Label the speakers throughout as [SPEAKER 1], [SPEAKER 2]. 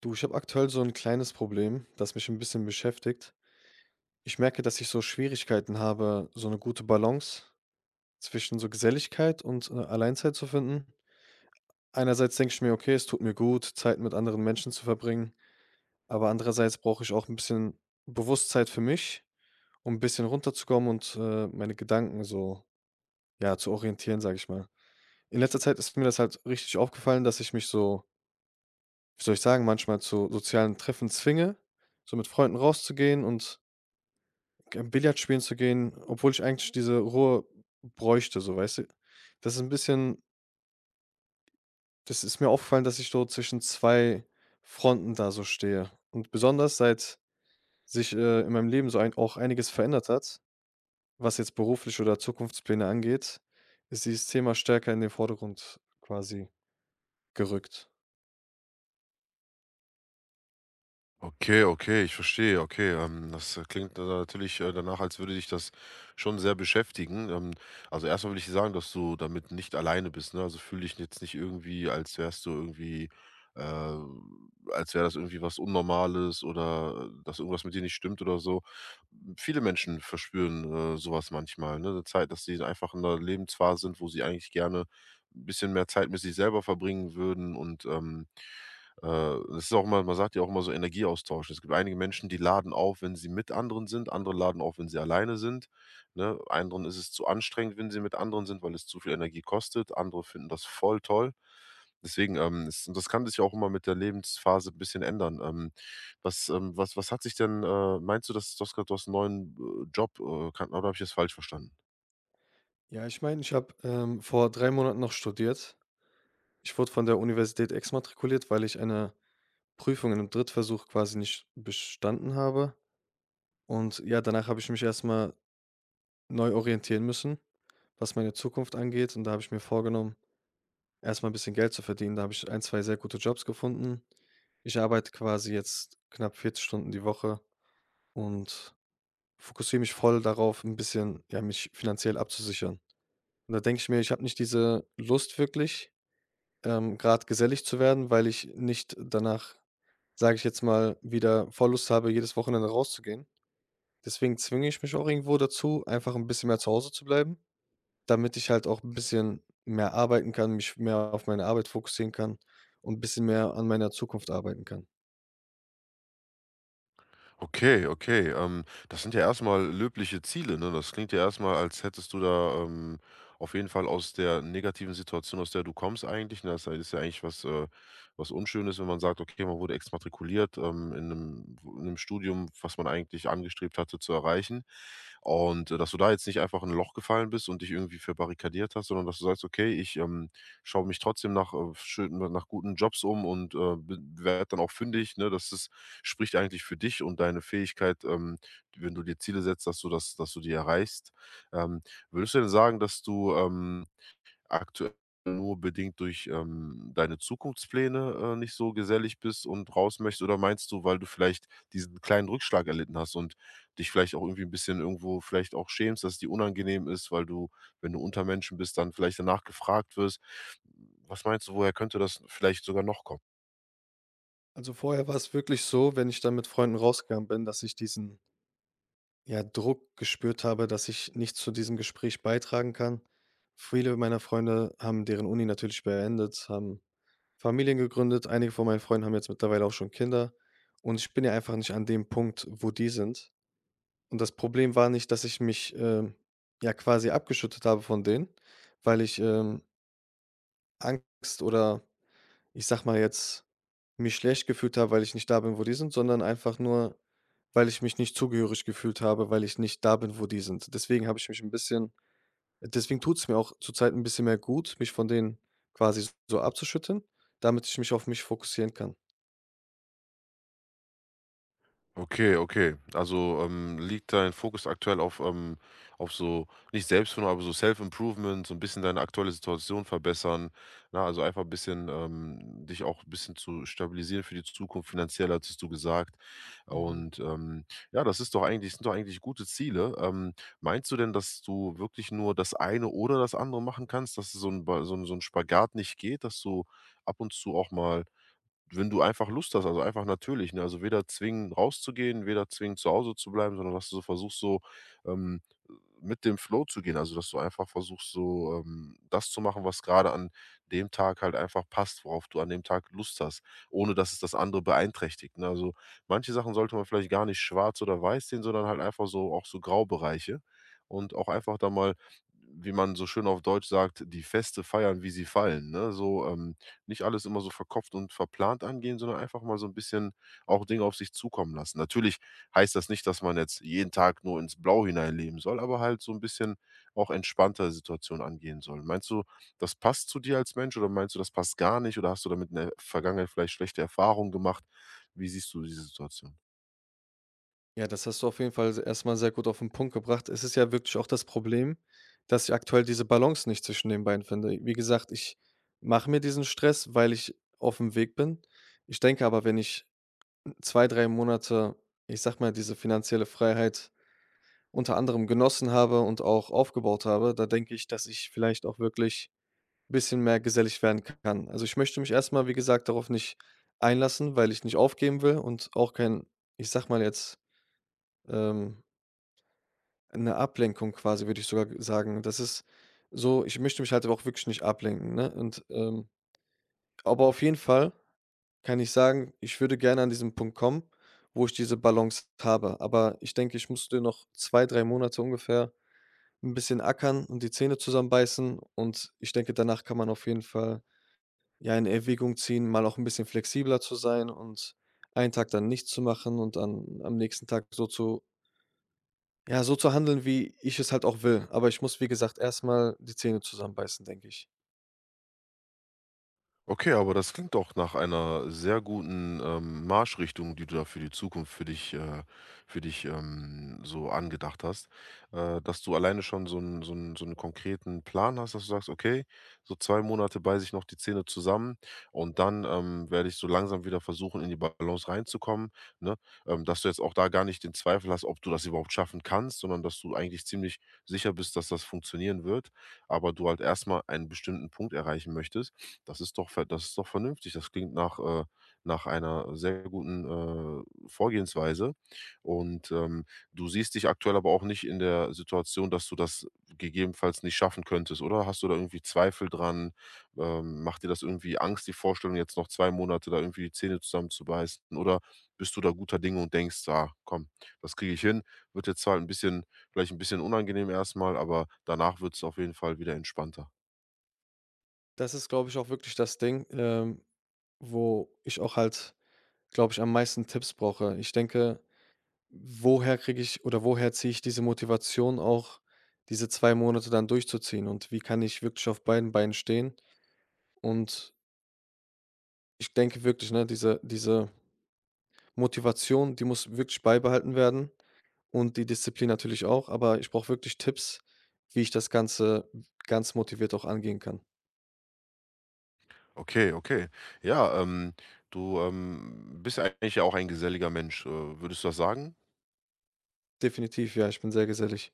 [SPEAKER 1] Du, ich habe aktuell so ein kleines Problem, das mich ein bisschen beschäftigt. Ich merke, dass ich so Schwierigkeiten habe, so eine gute Balance zwischen so Geselligkeit und Alleinzeit zu finden. Einerseits denke ich mir: „Okay, es tut mir gut, Zeit mit anderen Menschen zu verbringen", aber andererseits brauche ich auch ein bisschen Bewusstsein für mich, um ein bisschen runterzukommen und meine Gedanken so, ja, zu orientieren, sage ich mal. In letzter Zeit ist mir das halt richtig aufgefallen, dass ich mich so, wie soll ich sagen, manchmal zu sozialen Treffen zwinge, so mit Freunden rauszugehen und G Billard spielen zu gehen, obwohl ich eigentlich diese Ruhe bräuchte, so, weißt du? Das ist ein bisschen Das ist mir aufgefallen, dass ich so zwischen 2 Fronten da so stehe. Und besonders seit sich in meinem Leben so ein auch einiges verändert hat, was jetzt beruflich oder Zukunftspläne angeht, ist dieses Thema stärker in den Vordergrund quasi gerückt.
[SPEAKER 2] Okay, okay, ich verstehe. Okay, das klingt natürlich danach, als würde dich das schon sehr beschäftigen. Also erstmal will ich dir sagen, dass du damit nicht alleine bist, ne? Also fühl dich jetzt nicht irgendwie, als wärst du irgendwie, äh, als wäre das irgendwie was Unnormales oder dass irgendwas mit dir nicht stimmt oder so. Viele Menschen verspüren sowas manchmal, ne? Eine Zeit, dass sie einfach in einer Lebensphase sind, wo sie eigentlich gerne ein bisschen mehr Zeit mit sich selber verbringen würden und äh, das ist auch immer, man sagt ja auch immer, so Energieaustausch. Es gibt einige Menschen, die laden auf, wenn sie mit anderen sind, andere laden auf, wenn sie alleine sind, ne? Anderen ist es zu anstrengend, wenn sie mit anderen sind, weil es zu viel Energie kostet. Andere finden das voll toll. Deswegen, es und das kann sich auch immer mit der Lebensphase ein bisschen ändern. Was hat sich denn, meinst du, dass du hast gesagt, du hast 'n neuen, Job, kann oder habe ich das falsch verstanden?
[SPEAKER 1] Ja, ich meine, ich habe vor 3 Monaten noch studiert. Ich wurde von der Universität exmatrikuliert, weil ich eine Prüfung in 'nem Drittversuch quasi nicht bestanden habe. Und ja, danach habe ich mich erst mal neu orientieren müssen, was meine Zukunft angeht. Und da habe ich mir vorgenommen, erst mal 'n bisschen Geld zu verdienen. Da habe ich ein, 2 sehr gute Jobs gefunden. Ich arbeite quasi jetzt knapp 40 Stunden die Woche und fokussiere mich voll darauf, ein bisschen, ja, mich finanziell abzusichern. Und da denke ich mir, ich habe nicht diese Lust wirklich, grad gesellig zu werden, weil ich nicht danach, sage ich jetzt mal, wieder voll Lust habe, jedes Wochenende rauszugehen. Deswegen zwinge ich mich auch irgendwo dazu, einfach ein bisschen mehr zu Hause zu bleiben, damit ich halt auch ein bisschen mehr arbeiten kann, mich mehr auf meine Arbeit fokussieren kann und ein bisschen mehr an meiner Zukunft arbeiten kann.
[SPEAKER 2] Okay, okay. Das sind ja erstmal löbliche Ziele, ne? Das klingt ja erstmal, als hättest du da auf jeden Fall aus der negativen Situation, aus der du kommst, eigentlich, ne? Das ist ja eigentlich was, was Unschönes, wenn man sagt, okay, man wurde exmatrikuliert, in einem Studium, was man eigentlich angestrebt hatte zu erreichen. Und dass du da jetzt nicht einfach in ein Loch gefallen bist und dich irgendwie verbarrikadiert hast, sondern dass du sagst, okay, ich schaue mich trotzdem nach guten Jobs um und werde dann auch fündig, ne? Das ist Spricht eigentlich für dich und deine Fähigkeit, wenn du dir Ziele setzt, dass du die erreichst. Ähm, würdest du denn sagen, dass du aktuell nur bedingt durch deine Zukunftspläne nicht so gesellig bist und raus möchtest, oder meinst du, weil du vielleicht diesen kleinen Rückschlag erlitten hast und dich vielleicht auch irgendwie ein bisschen irgendwo vielleicht auch schämst, dass es dir unangenehm ist, weil du, wenn du unter Menschen bist, dann vielleicht danach gefragt wirst? Was meinst du, woher könnte das vielleicht sogar noch kommen?
[SPEAKER 1] Also, vorher war es wirklich so, wenn ich dann mit Freunden rausgegangen bin, dass ich diesen, ja, Druck gespürt habe, dass ich nicht zu diesem Gespräch beitragen kann. Viele meiner Freunde haben deren Uni natürlich beendet, haben Familien gegründet. Einige von meinen Freunden haben jetzt mittlerweile auch schon Kinder und ich bin ja einfach nicht an dem Punkt, wo die sind. Und das Problem war nicht, dass ich mich ja quasi abgeschüttet habe von denen, weil ich Angst oder ich sag mal jetzt, mich schlecht gefühlt habe, weil ich nicht da bin, wo die sind, sondern einfach nur, weil ich mich nicht zugehörig gefühlt habe, weil ich nicht da bin, wo die sind. Deswegen tut's mir auch zurzeit ein bisschen mehr gut, mich von denen quasi so abzuschütteln, damit ich mich auf mich fokussieren kann.
[SPEAKER 2] Okay, okay. Also, liegt dein Fokus aktuell auf so nicht Selbstfindung, aber so Self-Improvement, so ein bisschen deine aktuelle Situation verbessern, ne? Also, einfach ein bisschen, dich auch ein bisschen zu stabilisieren für die Zukunft finanziell, hattest du gesagt.
[SPEAKER 1] Mhm.
[SPEAKER 2] Und ja, das ist doch eigentlich sind doch eigentlich gute Ziele. Meinst du denn, dass du wirklich nur das eine oder das andere machen kannst, dass so ein ba so 'n Spagat nicht geht, dass du ab und zu auch mal, wenn du einfach Lust hast, also einfach natürlich, ne? Also weder zwingen rauszugehen, weder zwingen zu Hause zu bleiben, sondern dass du so versuchst, so, ähm mit dem Flow zu gehen. Also, dass du einfach versuchst, so, das zu machen, was gerade an dem Tag halt einfach passt, worauf du an dem Tag Lust hast, ohne dass es das andere beeinträchtigt, ne? Also, manche Sachen sollte man vielleicht gar nicht schwarz oder weiß sehen, sondern halt einfach so auch so Graubereiche, und auch einfach da mal, wie man so schön auf Deutsch sagt, die Feste feiern, wie sie fallen, ne? So, nicht alles immer so verkopft und verplant angehen, sondern einfach mal so ein bisschen auch Dinge auf sich zukommen lassen. Natürlich heißt das nicht, dass man jetzt jeden Tag nur ins Blau hineinleben soll, aber halt so ein bisschen auch entspannter Situationen angehen soll. Meinst du, das passt zu dir als Mensch oder meinst du, das passt gar nicht oder hast du damit in der Vergangenheit vielleicht schlechte Erfahrungen gemacht? Wie siehst du diese Situation?
[SPEAKER 1] Ja, das hast du auf jeden Fall erst mal sehr gut auf den Punkt gebracht. Es ist ja wirklich auch das Problem, dass ich aktuell diese Balance nicht zwischen den beiden finde. Wie gesagt, ich mache mir diesen Stress, weil ich auf dem Weg bin. Ich denke aber, wenn ich 2, 3 Monate, ich sag mal, diese finanzielle Freiheit unter anderem genossen habe und auch aufgebaut habe, da denke ich, dass ich vielleicht auch wirklich ein bisschen mehr gesellig werden kann. Also, ich möchte mich erst mal, wie gesagt, darauf nicht einlassen, weil ich nicht aufgeben will und auch kein, ich sag mal jetzt, ähm 'Ne Ablenkung quasi, würde ich sogar sagen. Das ist so ich möchte mich halt aber auch wirklich nicht ablenken, ne? Aber auf jeden Fall kann ich sagen, ich würde gerne an diesen Punkt kommen, wo ich diese Balance habe. Aber ich denke, ich musste noch 2, 3 Monate ungefähr 'n bisschen ackern und die Zähne zusammenbeißen. Und ich denke, danach kann man auf jeden Fall, ja, in Erwägung ziehen, mal auch 'n bisschen flexibler zu sein und einen Tag dann nichts zu machen und dann am nächsten Tag so zu handeln, wie ich es halt auch will. Aber ich muss, wie gesagt, erstmal die Zähne zusammenbeißen, denke ich.
[SPEAKER 2] Okay, aber das klingt doch nach einer sehr guten, Marschrichtung, die du da für die Zukunft für dich so angedacht hast, dass du alleine schon so einen konkreten Plan hast, dass du sagst: „Okay, so 2 Monate beiße ich noch die Zähne zusammen und dann, werde ich so langsam wieder versuchen, in die Balance reinzukommen", ne? Dass du jetzt auch da gar nicht den Zweifel hast, ob du das überhaupt schaffen kannst, sondern dass du eigentlich ziemlich sicher bist, dass das funktionieren wird, aber du halt erstmal einen bestimmten Punkt erreichen möchtest. Das ist doch vernünftig. Das klingt nach einer sehr guten, Vorgehensweise. Und, du siehst dich aktuell aber auch nicht in der Situation, dass du das gegebenenfalls nicht schaffen könntest, oder? Hast du da irgendwie Zweifel dran? Macht dir das irgendwie Angst, die Vorstellung, jetzt noch 2 Monate da irgendwie die Zähne zusammenzubeißen? Oder bist du da guter Dinge und denkst: „Ah, komm, das kriege ich hin. Wird jetzt zwar ein bisschen vielleicht ein bisschen unangenehm erstmal, aber danach wird es auf jeden Fall wieder entspannter?"
[SPEAKER 1] Das ist, glaube ich, auch wirklich das Ding, wo ich auch halt, glaube ich, am meisten Tipps brauche. Ich denke, woher kriege ich oder woher ziehe ich diese Motivation auch, diese 2 Monate dann durchzuziehen und wie kann ich wirklich auf beiden Beinen stehen? Und ich denke wirklich, ne, diese Motivation, die muss wirklich beibehalten werden. Und die Disziplin natürlich auch, aber ich brauche wirklich Tipps, wie ich das Ganze ganz motiviert auch angehen kann.
[SPEAKER 2] Okay, okay. Ja, bist eigentlich ja auch ein geselliger Mensch. Würdest du das sagen?
[SPEAKER 1] Definitiv, ja, ich bin sehr gesellig.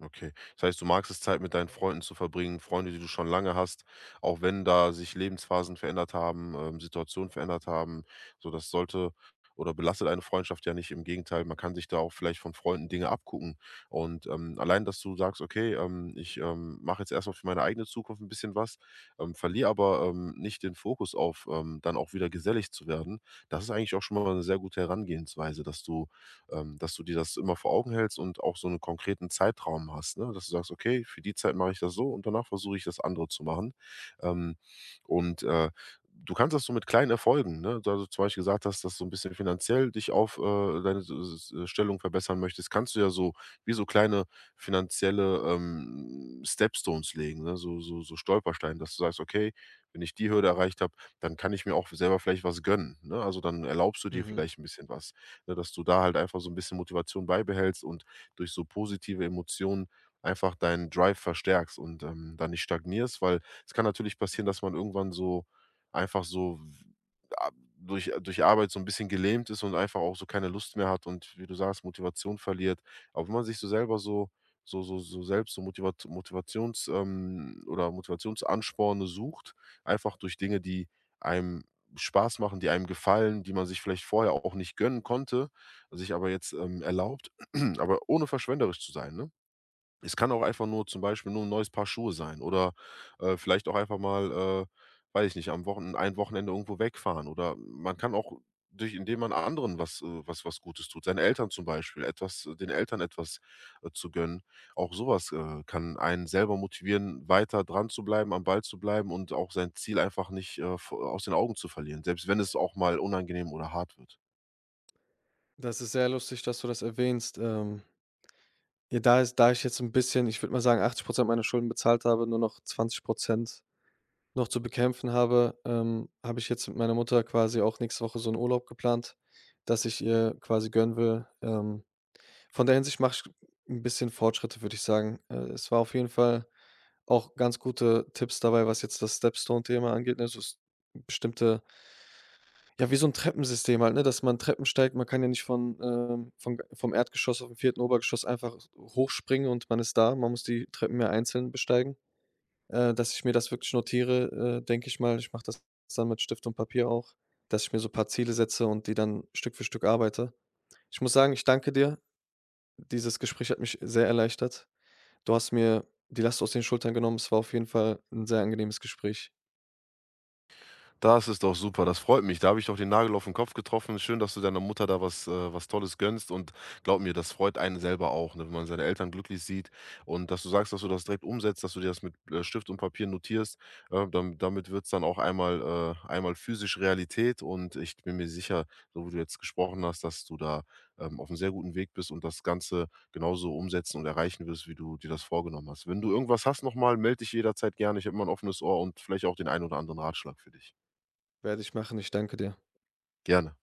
[SPEAKER 2] Okay. Das heißt, du magst es, Zeit mit deinen Freunden zu verbringen, Freunde, die du schon lange hast, auch wenn da sich Lebensphasen verändert haben, Situationen verändert haben. So, das sollte oder belastet eine Freundschaft ja nicht. Im Gegenteil, man kann sich da auch vielleicht von Freunden Dinge abgucken. Und allein, dass du sagst, okay, ich mache jetzt erstmal für meine eigene Zukunft ein bisschen was, verliere aber nicht den Fokus auf, dann auch wieder gesellig zu werden, das ist eigentlich auch schon mal eine sehr gute Herangehensweise, dass du dir das immer vor Augen hältst und auch so einen konkreten Zeitraum hast, ne? Dass du sagst: „Okay, für die Zeit mache ich das so und danach versuche ich das andere zu machen." Ähm, und, äh, Du kannst das so mit kleinen Erfolgen, ne? Da du zum Beispiel gesagt hast, dass du ein bisschen finanziell dich auf, deine s s s Stellung verbessern möchtest, kannst du ja so wie so kleine finanzielle, Stepstones legen, ne? So Stolpersteine, dass du sagst: „Okay, wenn ich die Hürde erreicht habe, dann kann ich mir auch selber vielleicht was gönnen", ne? Also, dann erlaubst du dir
[SPEAKER 1] Mhm.
[SPEAKER 2] vielleicht ein bisschen was, ne, dass du da halt einfach so ein bisschen Motivation beibehältst und durch so positive Emotionen einfach deinen Drive verstärkst und, da nicht stagnierst, weil es kann natürlich passieren, dass man irgendwann so einfach so w a durch Arbeit so ein bisschen gelähmt ist und einfach auch so keine Lust mehr hat und, wie du sagst, Motivation verliert. Aber wenn man sich so selber so selbst so Motivationsansporne sucht, einfach durch Dinge, die einem Spaß machen, die einem gefallen, die man sich vielleicht vorher auch nicht gönnen konnte, sich aber jetzt, erlaubt, aber ohne verschwenderisch zu sein, ne? Es kann auch einfach nur zum Beispiel nur ein neues Paar Schuhe sein oder, vielleicht auch einfach mal, äh, weiß ich nicht, am Wochen ein Wochenende irgendwo wegfahren, oder man kann auch durch indem man anderen was Gutes tut, seinen Eltern zum Beispiel etwas, den Eltern etwas, zu gönnen. Auch sowas kann einen selber motivieren, weiter dran zu bleiben, am Ball zu bleiben und auch sein Ziel einfach nicht, v aus den Augen zu verlieren, selbst wenn es auch mal unangenehm oder hart wird.
[SPEAKER 1] Das ist sehr lustig, dass du das erwähnst. Ja, da ich jetzt so ein bisschen, ich würde mal sagen, 80 meiner Schulden bezahlt habe, nur noch 20 noch zu bekämpfen habe, habe ich jetzt mit meiner Mutter quasi auch nächste Woche so einen Urlaub geplant, dass ich ihr quasi gönnen will. Von der Hinsicht mache ich ein bisschen Fortschritte, würde ich sagen. Es war auf jeden Fall auch ganz gute Tipps dabei, was jetzt das Stepstone-Thema angeht, ne? So s bestimmte ja, wie so ein Treppensystem halt, ne, dass man Treppen steigt. Man kann ja nicht von, von vom Erdgeschoss aufm vierten Obergeschoss einfach hochspringen und man ist da. Man muss die Treppen mehr einzeln besteigen. Dass ich mir das wirklich notiere, denke ich mal. Ich mache das dann mit Stift und Papier auch, dass ich mir so ein paar Ziele setze und die dann Stück für Stück arbeite. Ich muss sagen, ich danke dir. Dieses Gespräch hat mich sehr erleichtert. Du hast mir die Last aus den Schultern genommen. Es war auf jeden Fall ein sehr angenehmes Gespräch.
[SPEAKER 2] Das ist doch super, das freut mich. Da habe ich doch den Nagel auf den Kopf getroffen. Schön, dass du deiner Mutter da was Tolles gönnst und glaub mir, das freut einen selber auch, ne, wenn man seine Eltern glücklich sieht und dass du sagst, dass du das direkt umsetzt, dass du dir das mit, Stift und Papier notierst. Damit wird's dann auch einmal physisch Realität und ich bin mir sicher, so wie du jetzt gesprochen hast, dass du da, auf einem sehr guten Weg bist und das Ganze genauso umsetzen und erreichen wirst, wie du dir das vorgenommen hast. Wenn du irgendwas hast, nochmal melde dich jederzeit gerne. Ich habe immer ein offenes Ohr und vielleicht auch den einen oder anderen Ratschlag für dich,
[SPEAKER 1] Werde ich machen. Ich danke dir.
[SPEAKER 2] gerne.